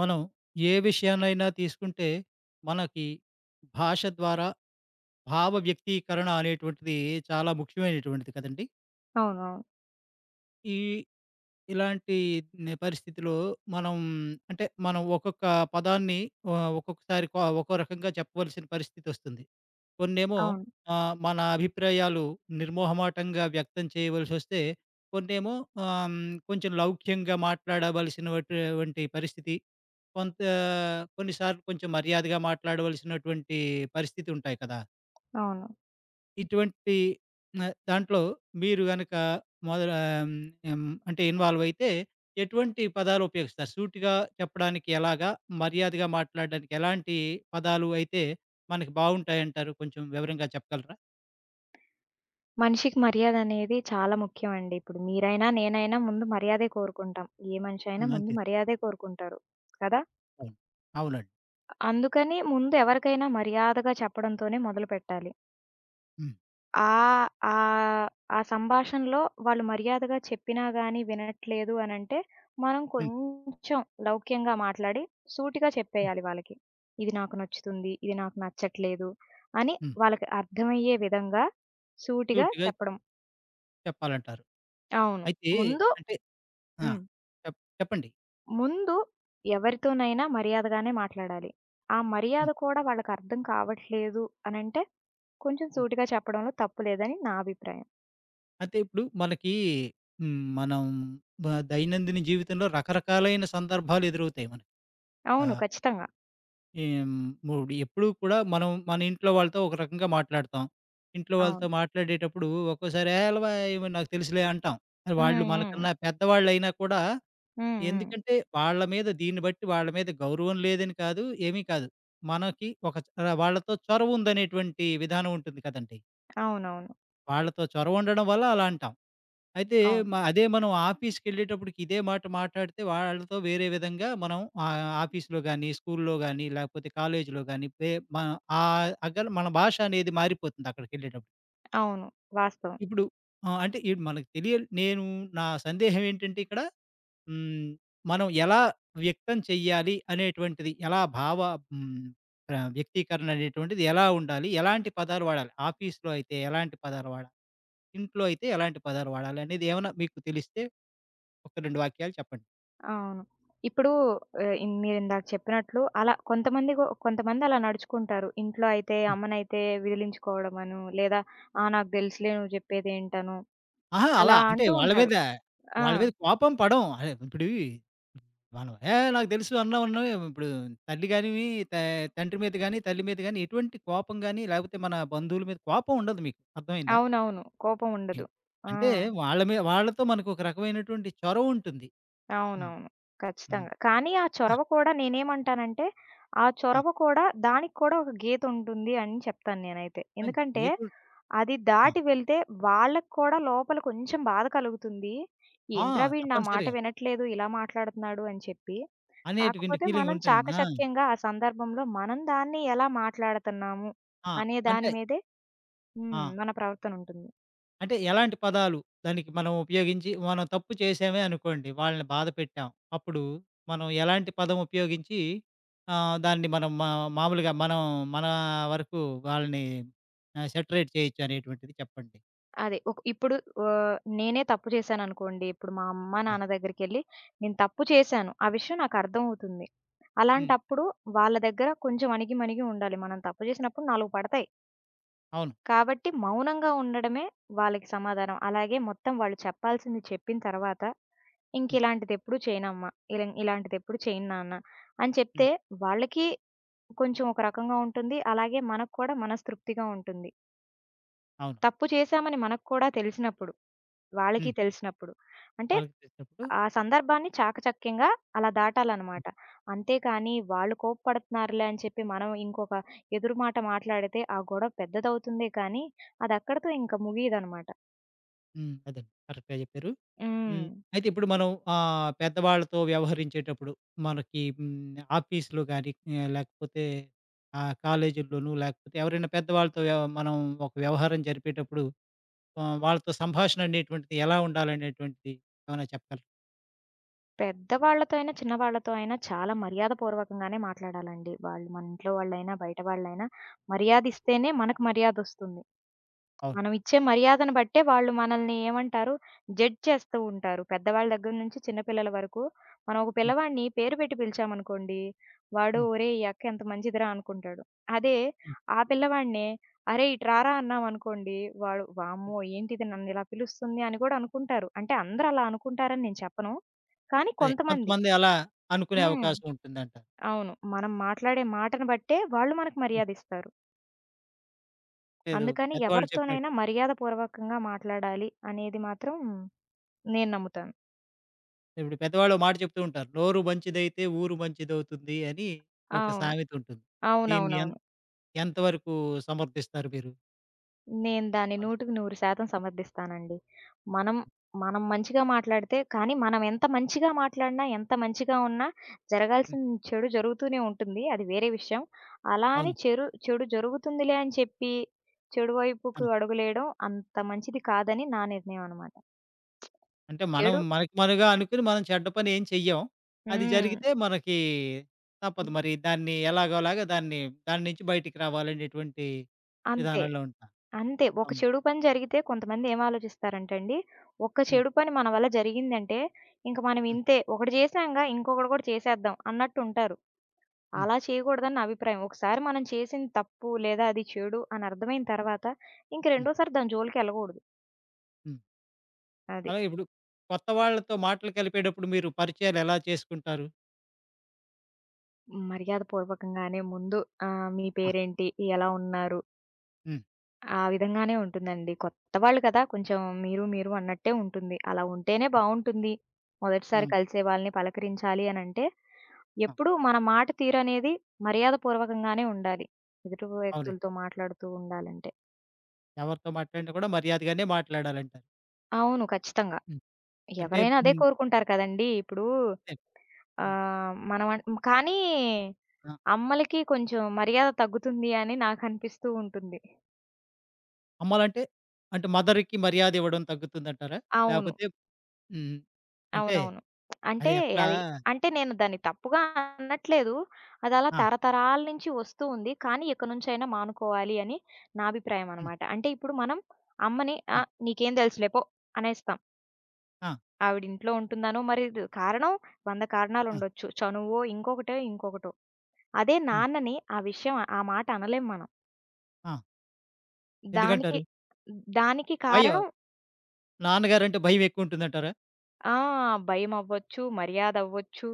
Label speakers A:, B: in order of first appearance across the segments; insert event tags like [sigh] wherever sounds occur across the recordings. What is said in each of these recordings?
A: మనం ఏ విషయాన్నైనా తీసుకుంటే మనకి భాష ద్వారా భావ వ్యక్తీకరణ అనేటువంటిది చాలా ముఖ్యమైనటువంటిది కదండి.
B: అవునవును.
A: ఈ ఇలాంటి పరిస్థితిలో మనం అంటే మనం ఒక్కొక్క పదాన్ని ఒక్కొక్కసారి ఒక్కో రకంగా చెప్పవలసిన పరిస్థితొస్తుంది. కొన్నేమో
B: అవును.
A: మన అభిప్రాయాలు నిర్మోహమాటంగా వ్యక్తం చేయవలసొస్తే, కొన్నేమో ఆహ్, హ్మ్, కొంచెం లౌక్యంగా మాట్లాడవలసినటువంటి వంటి పరిస్థితి కొంత కొన్నిసార్లు కొంచెం మర్యాదగా మాట్లాడవలసినటువంటి పరిస్థితి ఉంటాయి కదా!
B: అవును.
A: ఇటువంటి దాంట్లో మీరు గనక మొదల ఆహ్, అంటే ఇన్వాల్వ్ అయితే ఎటువంటి పదాలు ఉపయోగిస్తారు? సూటిగా చెప్పడానికి ఎలాగా? మర్యాదగా మాట్లాడడానికి ఎలాంటి పదాలు అయితే మనకి బావుంటాయంటారు? కొంచెం వివరంగా చెప్పగలరా?
B: మనిషికి మర్యాదనేది చాలా ముఖ్యమండి. ఇప్పుడు మీరైనా, నేనైనా ముందు మర్యాదే కోరుకుంటాం. ఏ మనిషి అయినా
A: హ్మ్.
B: ముందు
A: అంతే.
B: మర్యాదే కోరుకుంటారు. కదా!
A: అవును. అవునండి.
B: అందుకని ముందు ఎవరికైనా మర్యాదగా చెప్పడంతోనే మొదలుపెట్టాలి.
A: హ్మ్.
B: ఆహ్, ఆహ్, ఆ ఆ సంభాషణలో వాళ్ళు మర్యాదగా చెప్పినా గాని వినట్లేదు అనంటే, మనం
A: హ్మ్.
B: కొంచెం లౌక్యంగా మాట్లాడి సూటిగా
A: హ్మ్.
B: చెప్పేయాలి వాళ్ళకి. ఇది నాకు నచ్చుతుంది. ఇది నాకు నచ్చట్లేదు అని
A: హ్మ్.
B: వాళ్ళకి అర్థమయ్యే విధంగా సూటిగా
A: సూటిగా
B: చెప్పడం.
A: చెప్పాలంటారు.
B: అవును.
A: అయితే
B: ముందు
A: అంటే ఆ!
B: హ్మ్.
A: చెప్పండి.
B: ముందు ఎవరితోనైనా మర్యాదగానే మాట్లాడాలి. ఆ మర్యాద
A: హ్మ్.
B: కూడా వాళ్ళకర్థం కావట్లేదు అనంటే, కొంచెం
A: హ్మ్.
B: సూటిగా చెప్పడంలో తప్పు లేదని నా అభిప్రాయం.
A: అయితే ఇప్పుడు మనకి హ్మ్. మనం దైనందిన జీవితంలో రకరకాలైన సందర్భాలు ఎదురవుతాయి మనకి.
B: అవును.
A: ఆహ్,
B: ఖచ్చితంగా.
A: ఏం మూడు ఎప్పుడూ కూడా మనం మన ఇంట్లో వాళ్ళతో ఒక రకంగా మాట్లాడతాం. ఇంట్లో
B: అవును.
A: వాళ్ళతో మాట్లాడేటప్పుడు ఒక్కోసారి "ఏహ్! ఎలవా ఏమో నాకు తెలుసులే" అంటాం. అది వాళ్ళు
B: హ్మ్. హ్మ్.
A: మనకన్నా పెద్దవాళ్ళైనా కూడా
B: హ్మ్. హ్మ్.
A: ఎందుకంటే వాళ్ళ మీద దీన్ని బట్టి వాళ్ళ మీద గౌరవం లేదని కాదు, ఏమీ కాదు. మనకి ఒక చ వాళ్ళతో చొరవ ఉందనేటువంటి విధానం ఉంటుంది కదండీ.
B: అవునవును.
A: వాళ్ళతో చొరవ ఉండడం వల్ల అలా అంటాం. అయితే
B: అవును.
A: అదే మనం ఆఫీస్‌కెళ్ళేటప్పటికి ఇదే మాట మాట్లాడితే వాళ్ళతో వేరే విధంగా మనం ఆఫీస్‌లో గాని, స్కూల్‌లో గాని, లేకపోతే కాలేజీలో గాని పే మ ఆహ్, అగల మన భాష అనేది మారిపోతుంది అక్కడికెళ్ళేటప్పుడు.
B: అవును. వాస్తవం.
A: ఇప్పుడు ఆ! అంటే ఈడు మనకు తెలియ నేను నా సందేహం ఏంటంటే ఇక్కడ హ్మ్. మనం ఎలా వ్యక్తం చెయ్యాలి అనేటువంటిది ఎలా భావ హ్మ్. వ్యక్తీకరణ అనేటువంటిది ఎలా ఉండాలి? ఎలాంటి పదాలు వాడాలి? ఆఫీస్‌లో అయితే ఎలాంటి పదాలు వాడాలి? ఇంట్లో అయితే ఎలాంటి పదాలు వాడాలి? అనేది ఏమన్నా మీకు తెలిస్తే ఒక 2 వాక్యాలు చెప్పండి.
B: అవును. ఇప్పుడు ఆహ్, ఇన్ మీరిందాక చెప్పినట్లు అలా కొంతమంది గో కొంతమందలా నడుచుకుంటారు. ఇంట్లో అయితే
A: హ్మ్.
B: అమ్మనైతే విదిలించుకోవడమనో, లేదా "ఆ! నాకు తెలుసులే నువ్వు చెప్పేదేంటనో"
A: అహా!
B: అలా
A: అలా అంటే
B: అంటూ
A: వాళ్ళ
B: ఉంటారు.
A: మీద,
B: ఆ!
A: వాళ్ళ మీద కోపం పడం. అదే ఇప్పుడు మనం "ఏహ్! నాకు తెలుసు" అన్నాం అన్నాం ఇప్పుడు తల్లి గానివి త తండ్రి మీద గాని, తల్లి మీద గాని ఎటువంటి కోపం గాని, లేకపోతే మన బంధువుల మీద కోపం ఉండదు మీకు. అర్థమైందా?
B: అవునవును. కోపం
A: ఏ
B: ఉండదు. ఆ!
A: అంటే వాళ్ళతో మనకు ఒక రకమైనటువంటి చొరవ ఉంటుంది. హ్మ్.
B: అవునవును.
A: హ్మ్.
B: ఖచ్చితంగా. కానీ ఆ
A: ఆ!
B: చొరవ కూడా నేనేమంటానంటే, ఆ
A: ఆ!
B: చొరవ కూడా దానికి కూడా ఒక గీత ఉంటుంది అని చెప్తాను నేనైతే.
A: ఆ!
B: ఎందుకంటే,
A: గీతలు
B: అది
A: ఆ!
B: దాటి వెళ్తే వాళ్ళకి కూడా లోపల కొంచెం బాధ కలుగుతుంది.
A: ఆ!
B: ఏంట్రా వీడు నా మాట
A: తప్పనిసరిగా
B: వినట్లేదు, ఇలా మాట్లాడుతున్నాడు అని చెప్పి.
A: అనేటువంటి
B: కాకపోతే
A: ఫీలింగ్
B: మనం
A: ఉంటుంది. ఆ!
B: చాకచక్యంగా ఆ సందర్భంలో మనం దాన్ని ఎలా మాట్లాడుతున్నాము
A: ఆ!
B: అనే దాని
A: అంటే
B: మీదే
A: ఆ!
B: మన ప్రవర్తనుంటుంది.
A: అంటే ఎలాంటి పదాలు దానికి మనం ఉపయోగించి మనం తప్పు చేసామే అనుకోండి. వాళ్ళని బాధ పెట్టాం. అప్పుడు మనం ఎలాంటి పదం ఉపయోగించి దాన్ని మనం మామూలుగా మనం మన వరకు వాళ్ళని సెటరేట్ చేయొచ్చు అనేటువంటిది చెప్పండి.
B: అదే. ఇప్పుడు నేనే తప్పు చేశాననుకోండి, ఇప్పుడు మా అమ్మ,
A: ఆ!
B: నాన్న దగ్గరికెళ్ళి నేను తప్పు చేశాను. ఆ విషయం నాకర్థమవుతుంది.
A: హ్మ్.
B: అలాంటప్పుడు వాళ్ళ దగ్గర కొంచెం అణిగి, మణిగి ఉండాలి. మనం తప్పు చేసినప్పుడు 4 పడతాయి.
A: అవును.
B: కాబట్టి మౌనంగా ఉండడమే వాళ్ళకి సమాధానం. అలాగే మొత్తం వాళ్ళు చెప్పాల్సింది చెప్పిన తర్వాత,
A: హ్మ్.
B: "ఇంకిలాంటిదెప్పుడు చేయనమ్మా, ఇలా ఇలాంటిదెప్పుడు చేయను నాన్న" అని
A: హ్మ్.
B: చెప్తే వాళ్ళకి కొంచెం ఒక రకంగా ఉంటుంది. అలాగే మనకు కూడా మనస్తృప్తిగా ఉంటుంది.
A: అవును.
B: తప్పు చేశామని మనకు కూడా తెలిసినప్పుడు. వాళ్ళకి
A: హ్మ్.
B: తెలిసినప్పుడు. అంటే
A: వాళ్ళకి చేసినప్పుడు
B: ఆ సందర్భాన్ని చాకచక్యంగా అలా
A: హ్మ్.
B: దాటాలనమాట. అంతేకాని వాళ్ళు కోప్పడుతున్నారులే అని చెప్పి మనం ఇంకొక ఎదురు మాట మాట్లాడితే ఆ గొడవ పెద్దదవుతుందే కానీ అదక్కడితో ఇంక ముగియదనమాట.
A: హ్మ్. అదండి. కరెక్ట్‌గా చెప్పారు.
B: హ్మ్.
A: హ్మ్. అయితే ఇప్పుడు మనం పెద్దవాళ్ళతో వ్యవహరించేటప్పుడు మనకి హ్మ్, ఆఫీస్‌లో గాని లేకపోతే కాలేజీల్లోనూ లేకపోతే ఎవరైనా పెద్దవాళ్ళతో మనం ఒక వ్యవహారం జరిపేటప్పుడు వాళ్ళతో సంభాషణ అనేటువంటిది ఎలా ఉండాలనేటువంటిది ఏమైనా చెప్పగలరా?
B: పెద్దవాళ్ళతో అయినా, చిన్నవాళ్ళతో అయినా చాలా మర్యాదపూర్వకంగానే మాట్లాడాలండి. వాళ్ళు మన ఇంట్లో వాళ్ళైనా, బయట వాళ్ళైనా మర్యాదిస్తేనే మనకు మర్యాదొస్తుంది.
A: అవును.
B: మనం ఇచ్చే మర్యాదను బట్టే వాళ్ళు మనల్ని ఏమంటారు? జడ్జ్ చేస్తూ ఉంటారు. పెద్దవాళ్ళ దగ్గర నుంచి చిన్న పిల్లల వరకు. మనం ఒక
A: హ్మ్.
B: పిల్లవాడిని పేరు పెట్టి పిలిచామనుకోండి, వాడు
A: హ్మ్.
B: "ఒరేయ్! ఈ అక్క ఎంత మంచిదిరా" అనుకుంటాడు. అదే
A: హ్మ్.
B: ఆ పిల్లవాడినే "అరేయ్! ఇటు రారా" అన్నామనుకోండి, వాడు
A: హ్మ్.
B: "వామ్మో! ఏంటిది నన్ను ఇలా పిలుస్తుంది" అని కూడా అనుకుంటారు. అంటే అందరూ అలా అనుకుంటారని నేను చెప్పను. కానీ
A: అదే
B: కొంతమంది.
A: కొంతమంది అలా అనుకునే
B: హ్మ్.
A: అవకాశం ఉంటుందంటారు.
B: అవును. మనం మాట్లాడే మాటను బట్టే వాళ్ళు మనకు మర్యాదిస్తారు.
A: లేదు
B: అందుకని
A: పెద్దవాళ్ళు
B: ఎవరితోనైనా
A: చెప్పినట్టు.
B: మర్యాదపూర్వకంగా మాట్లాడాలి అనేది మాత్రం నేను నమ్ముతాను.
A: ఇప్పుడు పెద్దవాళ్ళు ఓ మాట చెప్తూ ఉంటారు. "నోరు మంచిదైతే ఊరు మంచిదవుతుంది" అని ఒక
B: అవును.
A: సామెత ఉంటుంది. దీన్ని
B: అవునవునవును.
A: ఎంతవరకు సమర్థిస్తారు మీరు?
B: నేను దాన్ని
A: అదే.
B: 100% సమర్థిస్తానండి. మనం, మనం మంచిగా మాట్లాడితే కానీ మనం ఎంత మంచిగా మాట్లాడినా, ఎంత మంచిగా ఉన్నా
A: హ్మ్.
B: జరగాల్సిన చెడు జరుగుతూనే ఉంటుంది. అది వేరే విషయం. అలా అని
A: అవును.
B: చెడు జరుగుతుందిలే అని చెప్పి చెడు వైపుకు
A: అవును.
B: అడుగులేయడం అంత మంచిది కాదని నా నిర్ణయం అనమాట.
A: అంటే మనం
B: చెడు.
A: మనకి మనగా అనుకుని మనం చెడ్డ పని ఏం చెయ్యం. అది
B: హ్మ్.
A: జరిగితే మనకి తప్పదు. మరి దాన్ని ఎలాగోలాగా దాన్ని దాని నుంచి బయటికి రావాలనేటువంటి
B: అంతే.
A: విధానంలో ఉంటాం.
B: అంతే. ఒక
A: అవును.
B: చెడు పని జరిగితే కొంతమందేం ఆలోచిస్తారంటే అండి, ఒక్క
A: హ్మ్.
B: చెడు పని మన వల్ల జరిగిందంటే, ఇంక మనం
A: హ్మ్.
B: ఇంతే ఒకటి చేశాంగా ఇంకొకటి కూడా చేసేద్దాం అన్నట్టుంటారు.
A: హ్మ్.
B: అలా చేయకూడదని నా అభిప్రాయం. ఒకసారి మనం చేసింది తప్పు లేదా అది చెడు అని అర్థమైన తర్వాత, ఇంక
A: హ్మ్.
B: రెండోసారి దాని జోలికెళ్ళకూడదు.
A: హ్మ్.
B: అది.
A: అలాగే ఇప్పుడు కొత్త వాళ్ళతో మాటలు కలిపేటప్పుడు మీరు పరిచయాలు ఎలా చేసుకుంటారు?
B: మర్యాదపూర్వకంగానే ముందు మీ
A: ఆ!
B: పేరేంటి? ఎలా ఉన్నారు?
A: హ్మ్.
B: ఆ విధంగానే ఉంటుందండి. కొత్త వాళ్ళు కదా! కొంచెం మీరు, మీరు అన్నట్టే ఉంటుంది. అలా ఉంటేనే
A: హ్మ్.
B: బావుంటుంది.
A: ఆ!
B: మొదటిసారి కలిసే వాళ్ళని పలకరించాలి అనంటే,
A: ఆ!
B: ఎప్పుడూ మన మాట తీరనేది మర్యాదపూర్వకంగానే ఉండాలి. ఎదుటి
A: అవునండి.
B: వ్యక్తులతో మాట్లాడుతూ ఉండాలంటే.
A: ఎవరితో మాట్లాడినా కూడా మర్యాదగానే మాట్లాడాలంటారు.
B: అవును. ఖచ్చితంగా.
A: హ్మ్. అంటే
B: ఎవరైనా అదే
A: హ్మ్.
B: కోరుకుంటారు కదండీ! ఇప్పుడు
A: అదే. హ్మ్.
B: మనం కానీ
A: ఆ!
B: అమ్మలకి కొంచెం మర్యాద తగ్గుతుంది అని నాకు అనిపిస్తూ ఉంటుంది.
A: అమ్మాలంటే, అంటే మదర్‌కి మర్యాదివ్వడం తగ్గుతుందంటారా?
B: అవును.
A: లేపోతే హ్మ్. అంటే
B: అవునవును. అంటే
A: అది ఎక్కడా
B: అది అంటే నేను దాన్ని తప్పుగా అనట్లేదు. అదలా
A: ఆ!
B: తరతరాల నుంచి వస్తూ ఉంది. కానీ ఇక నుంచైనా మానుకోవాలి అని నా అభిప్రాయం
A: హ్మ్.
B: అనమాట. అంటే ఇప్పుడు మనం అమ్మని "ఆ!
A: ఆ!
B: నీకేం తెలుసులే పో" అనేస్తాం.
A: ఆ!
B: ఆవిడ ఇంట్లో ఉంటుందనో మరి కారణం 100
A: ఆ!
B: కారణాలుండొచ్చు. చనువో, ఇంకొకటో, ఇంకొకటో. అదే
A: హ్మ్.
B: నాన్నని ఆ విషయం ఆ మాట అనలేం మనం.
A: ఆ!
B: దానికి
A: ఎందుకంటారు?
B: దానికి
A: భయం.
B: కారణం
A: నాన్నగారంటే భయమెక్కువుంటుందంటారా?
B: ఆ! భయమవ్వచ్చు, మర్యాదవ్వచ్చు,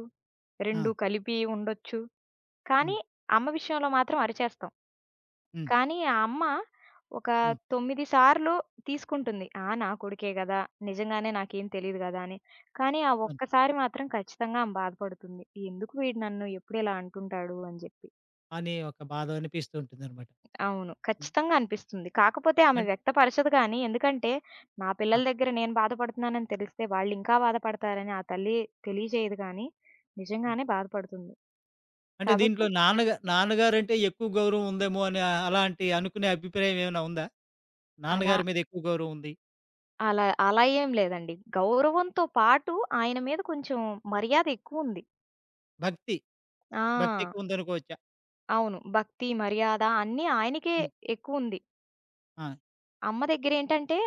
A: ఆ!
B: 2 కలిపి ఉండొచ్చు. కానీ
A: హ్మ్.
B: అమ్మ విషయంలో మాత్రం అరిచేస్తాం.
A: హ్మ్.
B: కానీ ఆ అమ్మ ఒక
A: హ్మ్.
B: 9 సార్లు తీసుకుంటుంది. ఆ! నా కొడుకే గదా! నిజంగానే నాకేం తెలీదు గదా! అని. కానీ ఆ
A: అవును.
B: ఒక్కసారి మాత్రం ఖచ్చితంగా ఆమె బాధపడుతుంది. ఎందుకు వీడు నన్ను ఎప్పుడు ఇలా అంటుంటాడు అని జెప్పి.
A: అని ఒక బాధ అనిపిస్తూ ఉంటుందనమాట.
B: అవును.
A: హ్మ్.
B: ఖచ్చితంగా అనిపిస్తుంది. కాకపోతే ఆమె
A: అన్
B: వ్యక్తపరచదు గానీ, ఎందుకంటే నా
A: ఆ!
B: పిల్లల దగ్గర నేను బాధపడుతున్నానని తెలిస్తే వాళ్ళింకా బాధపడతారని ఆ తల్లి తెలియజేయదు గానీ,
A: హ్మ్.
B: నిజంగానే బాధపడుతుంది.
A: అంటే
B: కాబట్టి
A: దీంట్లో నాన్నగారంటే ఎక్కువ గౌరవం ఉందేమో అని అలాంటి అనుకునే అభిప్రాయం ఏమైనా ఉందా?
B: అలా
A: నాన్నగారి మీద ఎక్కువ గౌరవం ఉంది.
B: అలా అలా ఏం లేదండి. గౌరవంతో పాటు ఆయన మీద కొంచెం మర్యాద ఎక్కువుంది.
A: భక్తి,
B: ఆ!
A: భక్తెక్కువుందనుకోవచ్చా?
B: అవును. భక్తి, మర్యాద అన్నీ ఆయనకే
A: హ్మ్.
B: ఎక్కువుంది.
A: ఆ!
B: అమ్మ దగ్గరేంటంటే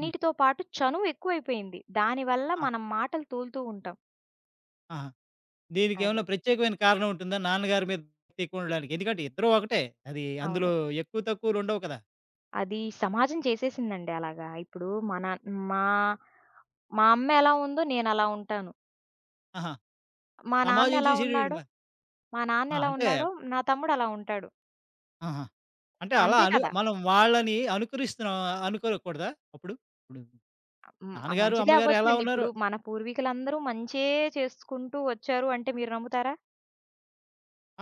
A: హ్మ్.
B: పాటు చనువు ఎక్కువైపోయింది. దానివల్ల
A: ఆ!
B: మనం మాటలు తూలుతూ ఉంటాం.
A: ఆహా!
B: అది.
A: దీనికేమన్నా ప్రత్యేకమైన కారణం ఉంటుందా? నాన్నగారి మీద భక్తి ఎక్కువుండడానికి? ఎందుకంటే ఇద్దరూ ఒకటే. అది
B: అవును.
A: అందులో ఎక్కువ తక్కువలుండవు కదా!
B: అది సమాజం చేసేసిందండి అలాగా. ఇప్పుడు మన మా మా అమ్మ ఎలా ఉందో నేనలా ఉంటాను.
A: ఆహా!
B: మా నాన్న
A: సమాజం
B: ఎలా
A: చేసేటోడు
B: ఉన్నాడో మా
A: ఆ!
B: నాన్న ఎలా
A: అంటే
B: ఉన్నాడో నా తమ్ముడలా ఉంటాడు.
A: ఆహా! అంటే అలా
B: అంతే కదా!
A: మనం వాళ్ళని అనుకరిస్తున్నాం అనుకోకూడదా అప్పుడు? ఇప్పుడు
B: హ్మ్. ఆ!
A: నాన్నగారు,
B: మంచిదే
A: అమ్మగారు ఎలా
B: అవ్వొచ్చండి.
A: ఉన్నారో
B: ఇప్పుడు మన పూర్వీకులందరూ మంచే చేసుకుంటూ వచ్చారు అంటే మీరు నమ్ముతారా?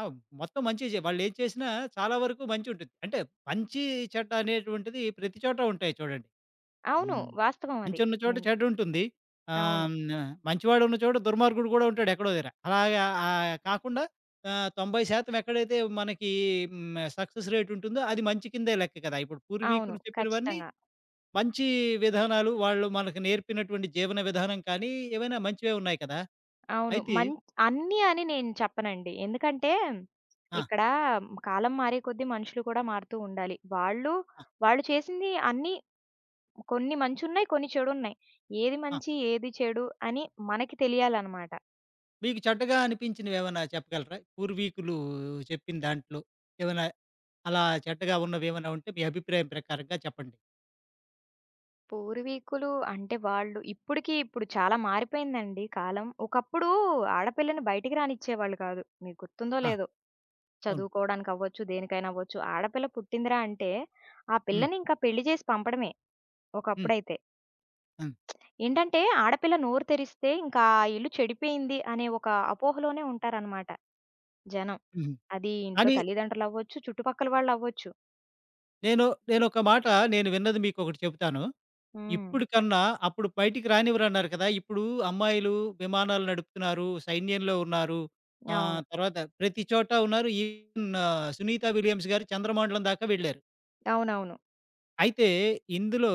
A: ఆ! మొత్తం మంచే వాళ్ళేది చేసినా చాలా వరకు మంచుంటుంది. అంటే మంచి చెడ్డ అనేటువంటిది ప్రతి చోట ఉంటాయి చూడండి.
B: అవును.
A: హ్మ్.
B: వాస్తవం అది.
A: మంచున్న చోట
B: ఎన్
A: చెడుంటుంది.
B: అవును.
A: ఆహ్, హ్మ్. మంచివాడున్న చోట దుర్మార్గుడు కూడా ఉంటాడు ఎక్కడో దగ్గర. అలాగా కాకుండా 90% ఎక్కడైతే మనకి హ్మ్. సక్సెస్ రేట్ ఉంటుందో అది మంచి కిందే లెక్క కదా! ఇప్పుడు
B: అవును.
A: పూర్వీకులు చెప్పినవన్నీ
B: ఖచ్చితంగా.
A: మంచి విధానాలు, వాళ్ళు మనకు నేర్పినటువంటి జీవన విధానం కానీ, ఏవైనా మంచివే ఉన్నాయి కదా!
B: అవును.
A: అయితే
B: అన్నీ అని నేను చెప్పనండి. ఎందుకంటే
A: ఆ!
B: ఇక్కడ కాలం మారే కొద్దీ మనుషులు కూడా మారుతూ ఉండాలి. వాళ్ళు,
A: ఆ!
B: వాళ్ళు చేసింది అన్నీ కొన్ని మంచున్నాయి, కొన్ని చెడున్నాయి. ఏది
A: ఆ!
B: మంచి, ఏది చెడు అని మనకి తెలియాలనమాట.
A: మీకు చెడ్డగా అనిపించినవేమన్నా చెప్పగలరా? పూర్వీకులు చెప్పిన దాంట్లో ఏమైనా అలా చెడ్డగా ఉన్నవేమైనా ఉంటే మీ అభిప్రాయం ప్రకారంగా చెప్పండి.
B: పూర్వీకులు అంటే వాళ్ళు ఇప్పటికి ఇప్పుడు చాలా మారిపోయిందండి కాలం. ఒకప్పుడు ఆడపిల్లని బయటికి రానిచ్చేవాళ్ళు కాదు. మీకు గుర్తుందో
A: ఆ!
B: లేదో!
A: అవును.
B: చదువుకోవడానికి అవ్వచ్చు, దేనికైనా అవ్వచ్చు. ఆడపిల్ల పుట్టిందిరా అంటే ఆ
A: హ్మ్.
B: పిల్లని ఇంకా పెళ్లి చేసి పంపడమే
A: హ్మ్.
B: ఒకప్పుడైతే.
A: హ్మ్.
B: ఏంటంటే ఆడపిల్ల నోరు తెరిస్తే ఇంకా ఆ ఇల్లు చెడిపోయింది అనే ఒక అపోహలోనే ఉంటారనమాట జనం.
A: హుహు.
B: అది ఇంట్లో
A: కానీ
B: తల్లిదండ్రులవ్వచ్చు, చుట్టుపక్కల వాళ్ళవ్వచ్చు.
A: నేను నేనొక మాట నేను విన్నది మీకొకటి చెబుతాను.
B: హ్మ్.
A: ఇప్పుడు కన్నా అప్పుడు బయటికి రానివ్వరన్నారు కదా! ఇప్పుడు అమ్మాయిలు విమానాలు నడుపుతున్నారు, సైన్యంలో ఉన్నారు.
B: అవును.
A: తర్వాత ప్రతి చోట ఉన్నారు. ఈవెన్ 'సునీత విలియమ్స్' గారు చంద్రమండలం దాకా వెళ్ళారు.
B: అవునవును.
A: అయితే ఇందులో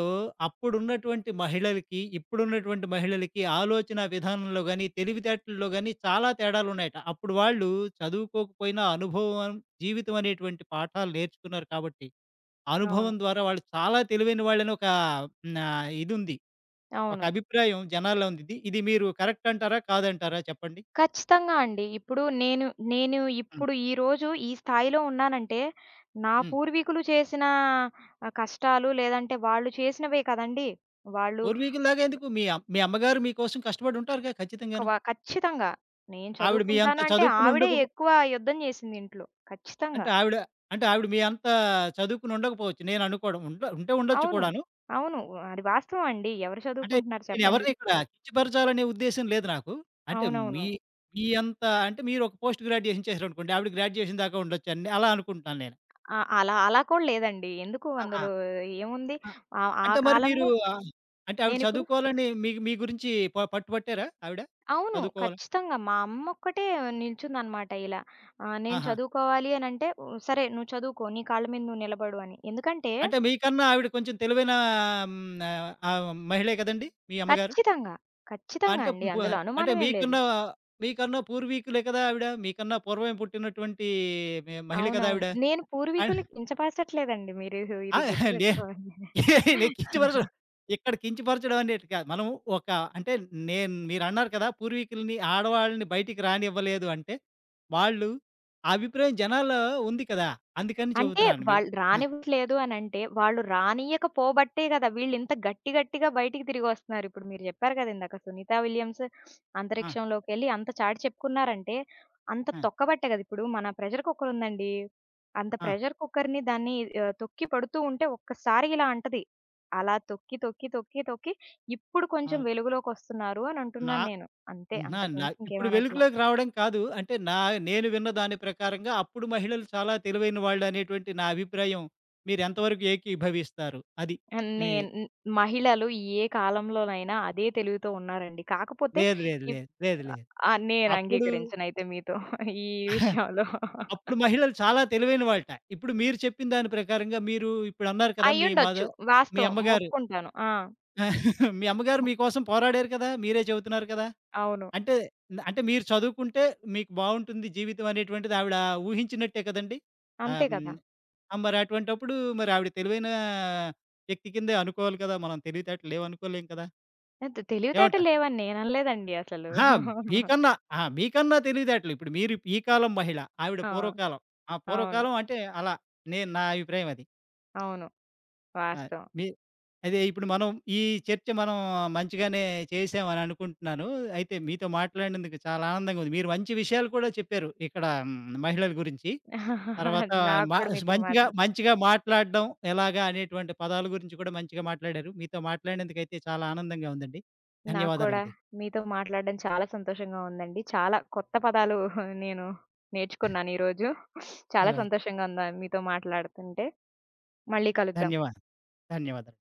A: అప్పుడున్నటువంటి మహిళలకి, ఇప్పుడున్నటువంటి మహిళలకి ఆలోచన విధానంలో గాని, తెలివితేటల్లో గాని చాలా తేడాలున్నాయట. అప్పుడు వాళ్ళు చదువుకోకపోయినా అనుభవం, జీవితం అనేటువంటి పాఠాలు నేర్చుకున్నారు కాబట్టి,
B: అవును.
A: అనుభవం ద్వారా వాళ్ళు చాలా తెలివైన వాళ్ళని ఒక హ్మ్. ఇదుంది. ఒక
B: అవును.
A: అభిప్రాయం జనాల్లో ఉంది. ఇది ఇది మీరు కరెక్ట్ అంటారా? కాదంటారా? చెప్పండి.
B: ఖచ్చితంగా అండి. ఇప్పుడు నేను
A: హ్మ్.
B: ఇప్పుడు ఈరోజు ఈ స్థాయిలో ఉన్నానంటే, నా
A: హ్మ్.
B: పూర్వీకులు చేసిన కష్టాలు లేదంటే వాళ్ళు చేసినవే కదండీ! వాళ్ళు
A: పూర్వీకుల్లాగా ఎందుకు మీ అమ్మగారు మీకోసం కష్టపడి ఉంటారుగా ఖచ్చితంగాను.
B: కవ ఖచ్చితంగా. నేను
A: ఆవిడ మీ అంత
B: చదువుకుంటాను అంటే
A: చదువుకొని
B: ఆవిడే
A: ఉండక
B: ఎక్కువ యుద్ధం చేసింది ఇంట్లో. ఖచ్చితంగా.
A: అంటే ఆవిడ అంటే ఆవిడ మీ అంత చదువుకొని ఉండకపోవచ్చు. నేననుకోవడం. ఉండ ఉంటే ఉండొచ్చు
B: అవును.
A: కూడాను.
B: అవును. అది వాస్తవం అండి. ఎవరు
A: అంటే
B: చదువుకుంటున్నారు చెప్పండి?
A: నేనెవరిని ఇక్కడ కించపరచాలనే ఉద్దేశ్యం లేదు నాకు. అంటే
B: అవునవును.
A: మీ మీ అంత అంటే మీరొక పోస్ట్ గ్రాడ్యుయేషన్ చేశారనుకోండి. ఆవిడ గ్రాడ్యుయేషన్ దాకా ఉండొచ్చు అని అలా అనుకుంటున్నాను నేను.
B: ఆ! అలా అలా కూడా లేదండి. ఎందుకు
A: ఆ!
B: అందులో
A: ఆ!
B: ఏముంది?
A: ఆ!
B: ఆహ్, ఆ
A: అంటే మరి మీరు
B: కాలంలో
A: ఆహ్, అంటే ఆవిడ
B: నేనిప్పుడు
A: చదువుకోవాలని మీ మీ గురించి పట్టుబట్టారా ఆవిడ?
B: అవును.
A: చదువుకోవాలని?
B: ఖచ్చితంగా. మా అమ్మొక్కటే నిల్చుందనమాట ఇలా. నేను
A: ఆహా!
B: చదువుకోవాలి అనంటే, "ఓహ్! సరే నువ్వు చదువుకో. నీ కాళ్ళ మీద నువ్వు నిలబడు" అని. ఎందుకంటే
A: అంటే మీకన్నా ఆవిడ కొంచెం తెలివైన హ్మ్. ఆహ్, ఆహ్, మహిళే కదండీ! మీ అమ్మగారు?
B: ఖచ్చితంగా. ఖచ్చితంగా
A: అంటే
B: అండి.
A: పు
B: అందులో
A: అంటే
B: అనుమానమేం లేదు.
A: మీకన్నా మీకన్నా పూర్వీకులే కదా ఆవిడ. మీకన్నా పూర్వమే పుట్టినటువంటి మహిళ కదా
B: అవునవును.
A: ఆవిడ.
B: నేను
A: ఆహ్,
B: పూర్వీకుల్ని కించపరచట్లేదండి. మీరు
A: ఆ!
B: ఇది
A: నే
B: గుర్తుపెట్టుకోవాలి.
A: నేను కించపరచడం ఇక్కడ కించపరచడం అనేటిది కాదు. మనం ఒక అంటే నేను మీరన్నారు కదా! పూర్వీకులని ఆడవాళ్ళని బయటికి రానివ్వలేదు అంటే, వాళ్ళు ఆ అభిప్రాయం జనాల్లో ఉంది కదా! అందుకని
B: అంటే
A: చెబుతున్నాను. మీ
B: వాళ్ళు
A: ఆ!
B: రానివ్వట్లేదు అనంటే, వాళ్ళు రానియ్యకపోబట్టే గదా! వీళ్ళింత గట్టి గట్టిగా బయటికి తిరిగొస్తున్నారు. ఇప్పుడు మీరు జెప్పారు గదా! ఇందాక 'సునీతా విలియమ్స్'
A: ఆ!
B: అంతరిక్షంలోకెళ్ళి అంత చాటి చెప్పుకున్నారంటే, అంత
A: ఆ!
B: తొక్కబట్టే గదా! ఇప్పుడు మన ప్రెషర్ కుక్కర్ ఉందండి. అంత
A: ఆ!
B: ప్రెషర్ కుక్కర్‌ని దాన్ని తొక్కి పడుతూ ఉంటే ఒక్కసారి ఇలా అంటది. అలా తొక్కి, తొక్కి, తొక్కి, తొక్కి ఇప్పుడు
A: ఆ!
B: కొంచెం వెలుగులోకొస్తున్నారు అని
A: నా
B: అంటున్నాను నేను. అంతే
A: నా
B: అంతకు
A: నా
B: మించి
A: ఇప్పుడు
B: ఇంకేమనట్ల.
A: వెలుగులోకి రావడం కాదు. అంటే నా నేను విన్న దాని ప్రకారంగా అప్పుడు మహిళలు చాలా తెలివైన వాళ్ళు అనేటువంటి నా అభిప్రాయం. మీరెంతవరకు ఏకీభవిస్తారు? అది.
B: అని
A: ఈ
B: మహిళలు ఏ కాలంలోనైనా అదే తెలివితో ఉన్నారండి. కాకపోతే
A: లేదు. లేదు.
B: ఇప్
A: లేదు. లేదు. లేదు.
B: ఆ! నేను
A: అప్పుడు
B: అంగీకరించనయితే మీతో ఈ
A: [laughs]
B: విషయంలో.
A: అప్పుడు మహిళలు చాలా తెలివైన వాళ్ళట. ఇప్పుడు మీరు చెప్పిన దాని ప్రకారంగా మీరు ఇప్పుడన్నారు కదా!
B: అయ్యుండొచ్చు.
A: మీ
B: వాస్తవం.
A: అమ్మగారు
B: ఒప్పుకుంటాను. ఆ!
A: [laughs] మీ అమ్మగారు మీకోసం పోరాడారు కదా! మీరే చెబుతున్నారు కదా!
B: అవును.
A: అంటే, అంటే మీరు చదువుకుంటే మీకు బావుంటుంది జీవితం అనేటువంటిది ఆవిడ ఊహించినట్టే కదండీ! ఆహ్,
B: అంతే
A: హ్మ్.
B: కదా!
A: ఆ! మరి అటువంటప్పుడు మరి ఆవిడ తెలివైన వ్యక్తి కిందే అనుకోవాలి కదా! మనం తెలివితేటలు లేవనుకోలేం కదా!
B: తెలివితేటలు
A: ఏమంటారు?
B: లేవని నేననలేదండి అసలు.
A: అహా!
B: [laughs]
A: మీకన్నా ఆ! మీకన్నా తెలివితేటలు ఇప్పుడు మీరు ఈ కాలం మహిళ, ఆవిడ
B: ఆ!
A: పూర్వకాలం. ఆ
B: అవును.
A: పూర్వకాలం అంటే అలా. నేను నా అభిప్రాయం అది.
B: అవును.
A: ఆ!
B: వాస్తవం.
A: మీ అదే ఇప్పుడు మనం ఈ చర్చ మనం మంచిగానే చేసాం అని అనుకుంటున్నాను. అయితే మీతో మాట్లాడినందుకు చాలా ఆనందంగా ఉంది. మీరు మంచి విషయాలు కూడా చెప్పారు. ఇక్కడ హ్మ్, మహిళల గురించి.
B: [laughs]
A: తర్వాత
B: నాకు
A: మ
B: కూడా మీతో
A: మంచిగా
B: మాట్లా
A: మంచిగా మాట్లాడడం ఎలాగా అనేటువంటి పదాల గురించి కూడా మంచిగా మాట్లాడారు. మీతో మాట్లాడినందుకైతే చాలా ఆనందంగా ఉందండి.
B: నాకు కూడా
A: ధన్యవాదాలండి.
B: మీతో మాట్లాడడం చాలా సంతోషంగా ఉందండి. చాలా కొత్త పదాలు [laughs] నేను నేర్చుకున్నాను ఈరోజు.
A: ఆ!
B: చాలా సంతోషంగా ఉందా మీతో మాట్లాడుతుంటే. మళ్ళీ కలుద్దాం.
A: ధన్యవాదాలు. ధన్యవాదాలు.